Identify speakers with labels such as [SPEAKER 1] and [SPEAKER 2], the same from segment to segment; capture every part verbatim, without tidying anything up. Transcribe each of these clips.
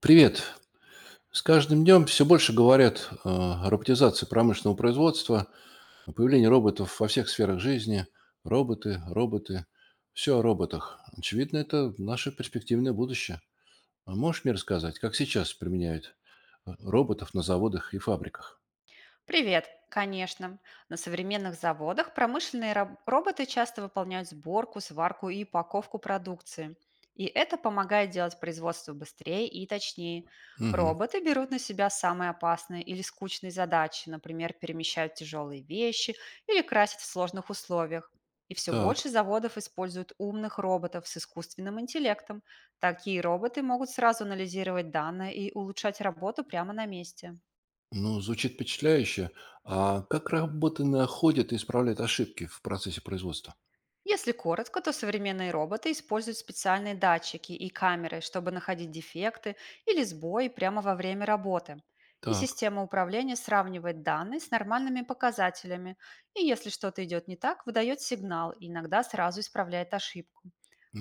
[SPEAKER 1] Привет. С каждым днем все больше говорят э, о роботизации промышленного производства, о появлении роботов во всех сферах жизни. Роботы, роботы, все о роботах. Очевидно, это наше перспективное будущее. А можешь мне рассказать, как сейчас применяют э, роботов на заводах и фабриках?
[SPEAKER 2] Привет, конечно. На современных заводах промышленные раб- роботы часто выполняют сборку, сварку и упаковку продукции. И это помогает делать производство быстрее и точнее.
[SPEAKER 1] Угу.
[SPEAKER 2] Роботы берут на себя самые опасные или скучные задачи, например, перемещают тяжелые вещи или красят в сложных условиях. И все больше
[SPEAKER 1] Так.
[SPEAKER 2] заводов используют умных роботов с искусственным интеллектом. Такие роботы могут сразу анализировать данные и улучшать работу прямо на месте.
[SPEAKER 1] Ну, звучит впечатляюще. А как роботы находят и исправляют ошибки в процессе производства?
[SPEAKER 2] Если коротко, то современные роботы используют специальные датчики и камеры, чтобы находить дефекты или сбои прямо во время работы. И
[SPEAKER 1] Так,
[SPEAKER 2] система управления сравнивает данные с нормальными показателями, и если что-то идет не так, выдает сигнал и иногда сразу исправляет ошибку.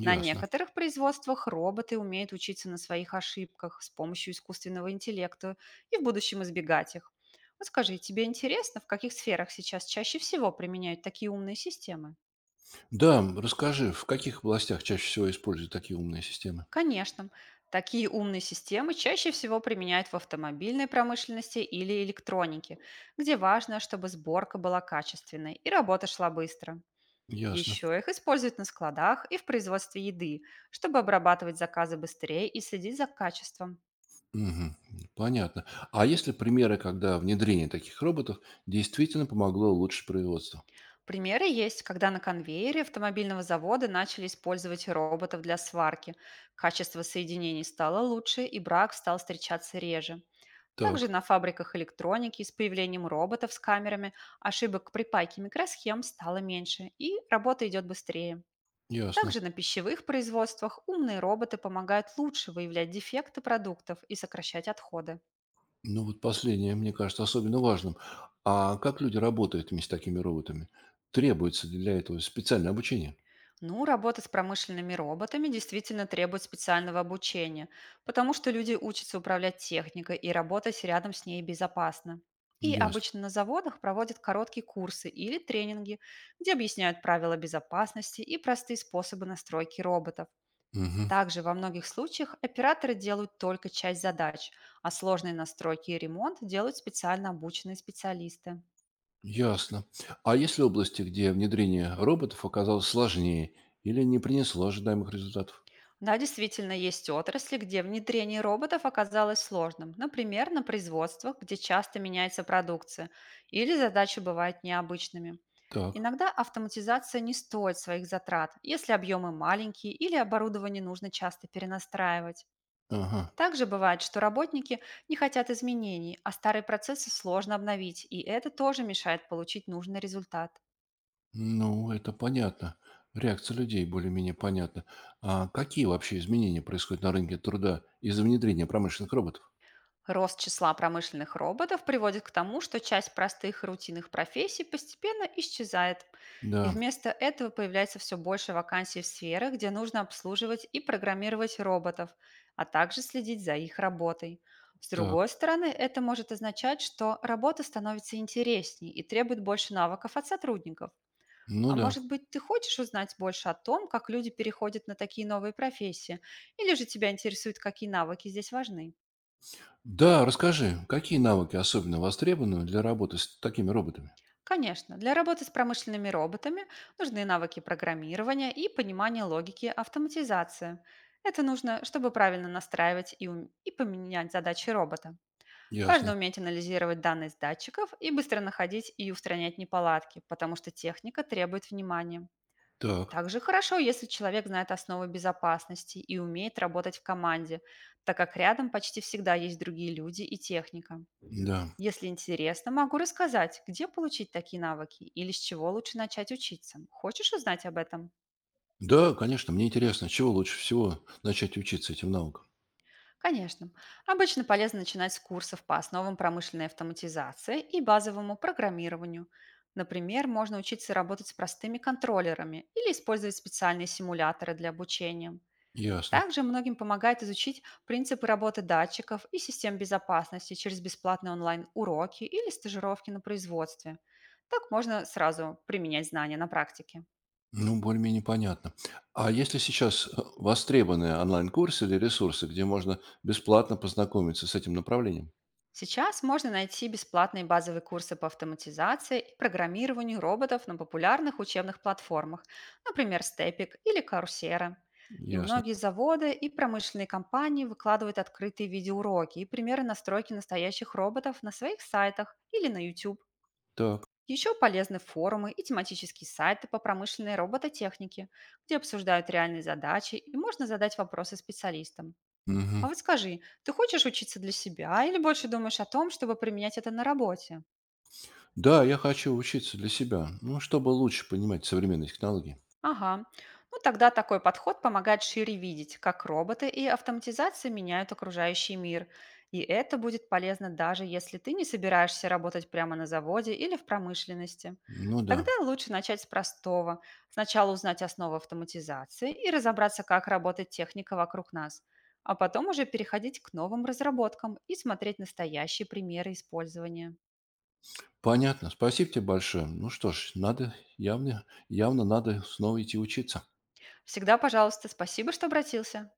[SPEAKER 2] На
[SPEAKER 1] ясно.
[SPEAKER 2] некоторых производствах роботы умеют учиться на своих ошибках с помощью искусственного интеллекта и в будущем избегать их. Вот скажи, тебе интересно, в каких сферах сейчас чаще всего применяют такие умные системы?
[SPEAKER 1] Да, м, расскажи, в каких областях чаще всего используют такие умные системы?
[SPEAKER 2] Конечно, такие умные системы чаще всего применяют в автомобильной промышленности или электронике, где важно, чтобы сборка была качественной и работа шла быстро.
[SPEAKER 1] Ясно.
[SPEAKER 2] Еще их используют на складах и в производстве еды, чтобы обрабатывать заказы быстрее и следить за качеством.
[SPEAKER 1] Мгм. Понятно. А есть ли примеры, когда внедрение таких роботов действительно помогло улучшить производство?
[SPEAKER 2] Примеры есть, когда на конвейере автомобильного завода начали использовать роботов для сварки. Качество соединений стало лучше, и брак стал встречаться реже. Также
[SPEAKER 1] Так,
[SPEAKER 2] на фабриках электроники с появлением роботов с камерами ошибок при пайке микросхем стало меньше и работа идет быстрее.
[SPEAKER 1] ясно.
[SPEAKER 2] Также на пищевых производствах умные роботы помогают лучше выявлять дефекты продуктов и сокращать отходы.
[SPEAKER 1] Ну вот последнее, мне кажется, особенно важным. А как люди работают вместе с такими роботами? Требуется ли для этого специальное обучение?
[SPEAKER 2] Ну, работа с промышленными роботами действительно требует специального обучения, потому что люди учатся управлять техникой и работать рядом с ней безопасно. И
[SPEAKER 1] Ясно.
[SPEAKER 2] обычно на заводах проводят короткие курсы или тренинги, где объясняют правила безопасности и простые способы настройки роботов.
[SPEAKER 1] Мгм.
[SPEAKER 2] Также во многих случаях операторы делают только часть задач, а сложные настройки и ремонт делают специально обученные специалисты.
[SPEAKER 1] Ясно. А есть ли области, где внедрение роботов оказалось сложнее или не принесло ожидаемых результатов?
[SPEAKER 2] Да, действительно, есть отрасли, где внедрение роботов оказалось сложным. Например, на производствах, где часто меняется продукция, или задачи бывают необычными.
[SPEAKER 1] Так.
[SPEAKER 2] Иногда автоматизация не стоит своих затрат, если объемы маленькие или оборудование нужно часто перенастраивать.
[SPEAKER 1] Ага.
[SPEAKER 2] Также бывает, что работники не хотят изменений, а старые процессы сложно обновить, и это тоже мешает получить нужный результат.
[SPEAKER 1] Ну, это понятно. Реакция людей более-менее понятна. А какие вообще изменения происходят на рынке труда из-за внедрения промышленных роботов?
[SPEAKER 2] Рост числа промышленных роботов приводит к тому, что часть простых и рутинных профессий постепенно исчезает, и
[SPEAKER 1] Да,
[SPEAKER 2] вместо этого появляется все больше вакансий в сферах, где нужно обслуживать и программировать роботов, а также следить за их работой. С другой
[SPEAKER 1] так.
[SPEAKER 2] стороны, это может означать, что работа становится интересней и требует больше навыков от сотрудников.
[SPEAKER 1] Ну
[SPEAKER 2] А
[SPEAKER 1] да.
[SPEAKER 2] может быть, ты хочешь узнать больше о том, как люди переходят на такие новые профессии, или же тебя интересуют, какие навыки здесь важны?
[SPEAKER 1] Да, расскажи, какие навыки особенно востребованы для работы с такими роботами?
[SPEAKER 2] Конечно, для работы с промышленными роботами нужны навыки программирования и понимание логики автоматизации. Это нужно, чтобы правильно настраивать и, ум- и поменять задачи робота. Важно
[SPEAKER 1] Ясно.
[SPEAKER 2] уметь анализировать данные с датчиков и быстро находить и устранять неполадки, потому что техника требует внимания.
[SPEAKER 1] Так,
[SPEAKER 2] Также хорошо, если человек знает основы безопасности и умеет работать в команде, так как рядом почти всегда есть другие люди и техника.
[SPEAKER 1] да.
[SPEAKER 2] Если интересно, могу рассказать, где получить такие навыки или с чего лучше начать учиться. Хочешь узнать об этом?
[SPEAKER 1] Да, конечно, мне интересно, чего лучше всего начать учиться этим навыкам?
[SPEAKER 2] Конечно. Обычно полезно начинать с курсов по основам промышленной автоматизации и базовому программированию. Например, можно учиться работать с простыми контроллерами или использовать специальные симуляторы для обучения.
[SPEAKER 1] Ясно.
[SPEAKER 2] Также многим помогает изучить принципы работы датчиков и систем безопасности через бесплатные онлайн-уроки или стажировки на производстве. Так можно сразу применять знания на практике.
[SPEAKER 1] Ну, более-менее понятно. А если сейчас э, востребованы онлайн-курсы или ресурсы, где можно бесплатно познакомиться с этим направлением?
[SPEAKER 2] Сейчас можно найти бесплатные базовые курсы по автоматизации и программированию роботов на популярных учебных платформах, например, Степик или Карусера. И
[SPEAKER 1] Ясно.
[SPEAKER 2] многие заводы и промышленные компании выкладывают открытые видеоуроки и примеры настройки настоящих роботов на своих сайтах или на ю тюб.
[SPEAKER 1] Так.
[SPEAKER 2] Еще полезны форумы и тематические сайты по промышленной робототехнике, где обсуждают реальные задачи и можно задать вопросы специалистам. А
[SPEAKER 1] Мгм.
[SPEAKER 2] вот скажи, ты хочешь учиться для себя или больше думаешь о том, чтобы применять это на работе?
[SPEAKER 1] Да, я хочу учиться для себя, ну, чтобы лучше понимать современные технологии.
[SPEAKER 2] Ага. Ну тогда такой подход помогает шире видеть, как роботы и автоматизация меняют окружающий мир. И это будет полезно, даже если ты не собираешься работать прямо на заводе или в промышленности.
[SPEAKER 1] Ну
[SPEAKER 2] Тогда
[SPEAKER 1] да.
[SPEAKER 2] лучше начать с простого. Сначала узнать основы автоматизации и разобраться, как работает техника вокруг нас. А потом уже переходить к новым разработкам и смотреть настоящие примеры использования.
[SPEAKER 1] Понятно. Спасибо тебе большое. Ну что ж, надо явно, явно надо снова идти учиться.
[SPEAKER 2] Всегда, пожалуйста, спасибо, что обратился.